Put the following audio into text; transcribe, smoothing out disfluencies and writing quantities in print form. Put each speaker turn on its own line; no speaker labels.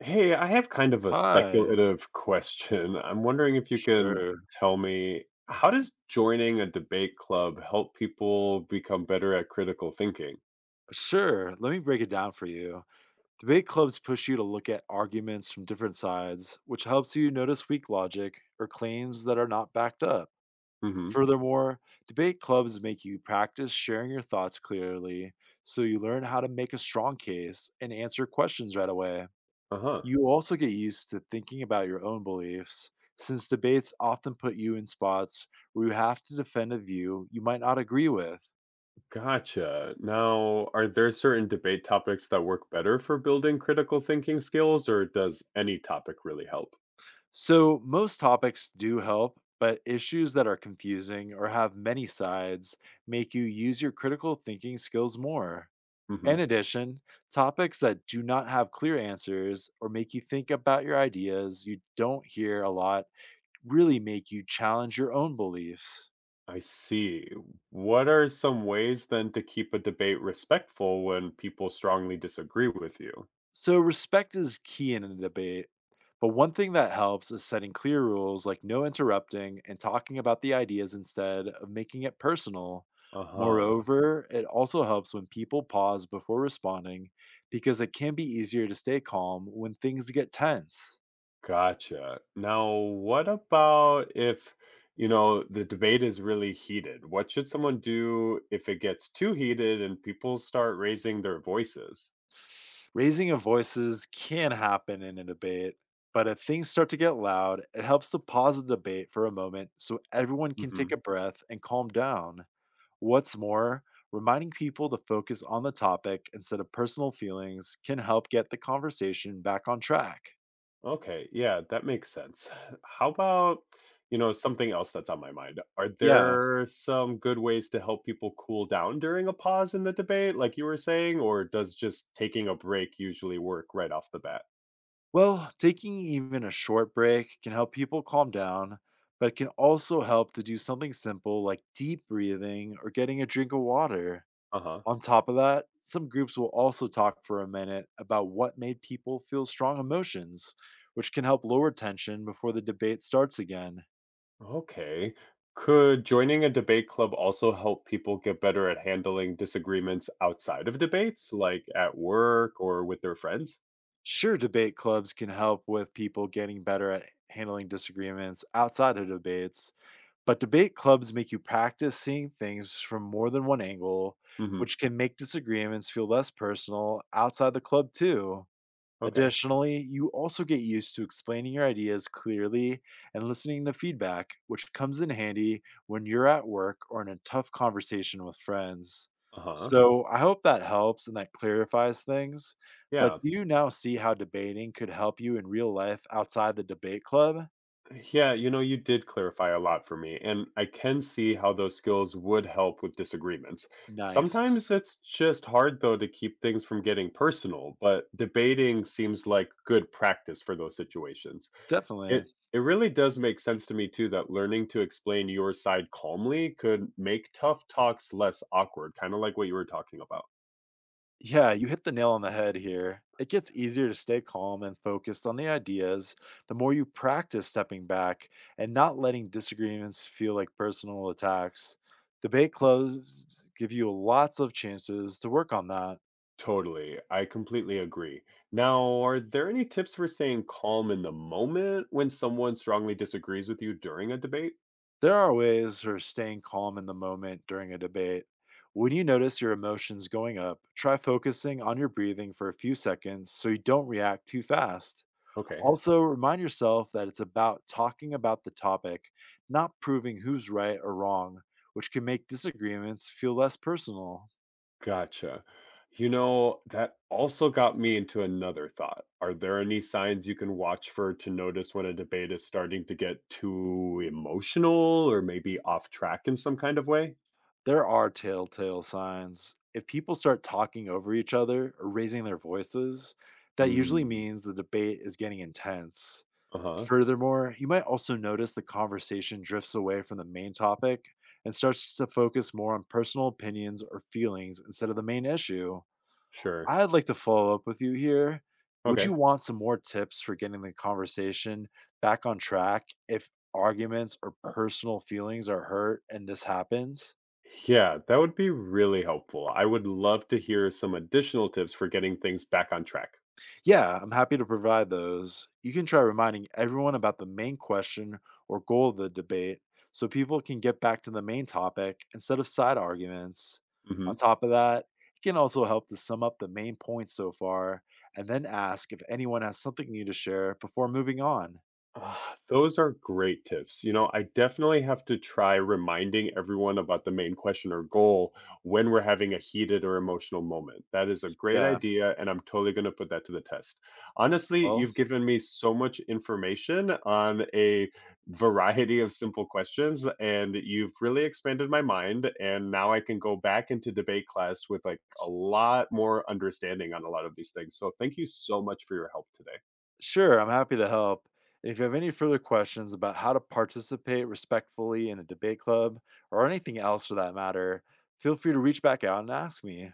Hey, I have kind of a
Hi.
speculative question. I'm wondering if you can
Sure.
tell me, how does joining a debate club help people become better at critical thinking?
Sure. Let me break it down for you. Debate clubs push you to look at arguments from different sides, which helps you notice weak logic or claims that are not backed up.
Hmm.
Furthermore, debate clubs make you practice sharing your thoughts clearly so you learn how to make a strong case and answer questions right away.
Uh-huh.
You also get used to thinking about your own beliefs, since debates often put you in spots where you have to defend a view you might not agree with.
Gotcha. Now, are there certain debate topics that work better for building critical thinking skills, or does any topic really help?
So, most topics do help, but issues that are confusing or have many sides make you use your critical thinking skills more.
Hmm.
In addition, topics that do not have clear answers or make you think about your ideas you don't hear a lot really make you challenge your own beliefs.
I see. What are some ways then to keep a debate respectful when people strongly disagree with you?
So, respect is key in a debate. But one thing that helps is setting clear rules like no interrupting and talking about the ideas instead of making it personal.
Uh-huh.
Moreover, it also helps when people pause before responding because it can be easier to stay calm when things get tense.
Gotcha. Now, what about if, the debate is really heated? What should someone do if it gets too heated and people start raising their voices?
Raising of voices can happen in a debate, but if things start to get loud, it helps to pause the debate for a moment so everyone can take a
Hmm.
breath and calm down. What's more, reminding people to focus on the topic instead of personal feelings can help get the conversation back on track.
Okay, yeah, that makes sense. How about, something else that's on my mind? Are
Yeah.
there some good ways to help people cool down during a pause in the debate, like you were saying, or does just taking a break usually work right off the bat?
Well, taking even a short break can help people calm down, but it can also help to do something simple like deep breathing or getting a drink of water.
Uh-huh.
On top of that, some groups will also talk for a minute about what made people feel strong emotions, which can help lower tension before the debate starts again.
Okay. Could joining a debate club also help people get better at handling disagreements outside of debates, like at work or with their friends?
Sure, debate clubs can help with people getting better at handling disagreements outside of debates, but debate clubs make you practice seeing things from more than one angle,
Hmm.
which can make disagreements feel less personal outside the club, too.
Okay.
Additionally, you also get used to explaining your ideas clearly and listening to feedback, which comes in handy when you're at work or in a tough conversation with friends.
Uh huh.
So, I hope that helps and that clarifies things. But
Yeah.
do you now see how debating could help you in real life outside the debate club?
Yeah. You know, you did clarify a lot for me, and I can see how those skills would help with disagreements. Sometimes
Nice.
it's just hard, though, to keep things from getting personal, but debating seems like good practice for those situations.
Definitely.
It really does make sense to me too that learning to explain your side calmly could make tough talks less awkward, kind of like what you were talking about.
Yeah, you hit the nail on the head here. It gets easier to stay calm and focused on the ideas the more you practice stepping back and not letting disagreements feel like personal attacks. Debate clubs give you lots of chances to work on that.
Totally. I completely agree. Now, are there any tips for staying calm in the moment when someone strongly disagrees with you during a debate?
There are ways for staying calm in the moment during a debate. When you notice your emotions going up, try focusing on your breathing for a few seconds so you don't react too fast.
Okay,
Also, remind yourself that it's about talking about the topic, not proving who's right or wrong, which can make disagreements feel less personal.
gotcha. You know, that also got me into another thought. Are there any signs you can watch for to notice when a debate is starting to get too emotional or maybe off track in some kind of way?
There are telltale signs. If people start talking over each other or raising their voices, that usually
Mm,
means the debate is getting intense.
uh-huh.
Furthermore, you might also notice the conversation drifts away from the main topic and starts to focus more on personal opinions or feelings instead of the main issue.
Sure.
I'd like to follow up with you here. Would
Okay.
you want some more tips for getting the conversation back on track if arguments or personal feelings are hurt and this happens?
Yeah, that would be really helpful. I would love to hear some additional tips for getting things back on track.
Yeah, I'm happy to provide those. You can try reminding everyone about the main question or goal of the debate so people can get back to the main topic instead of side arguments.
Mhm.
On top of that, it can also help to sum up the main points so far and then ask if anyone has something new to share before moving on.
Ah, those are great tips. You know, I definitely have to try reminding everyone about the main question or goal when we're having a heated or emotional moment. That is a great
Yeah,
idea, and I'm totally going to put that to the test. Honestly,
well,
you've given me so much information on a variety of simple questions, and you've really expanded my mind. And now I can go back into debate class with like a lot more understanding on a lot of these things. So thank you so much for your help today.
Sure, I'm happy to help. If you have any further questions about how to participate respectfully in a debate club or anything else for that matter, feel free to reach back out and ask me.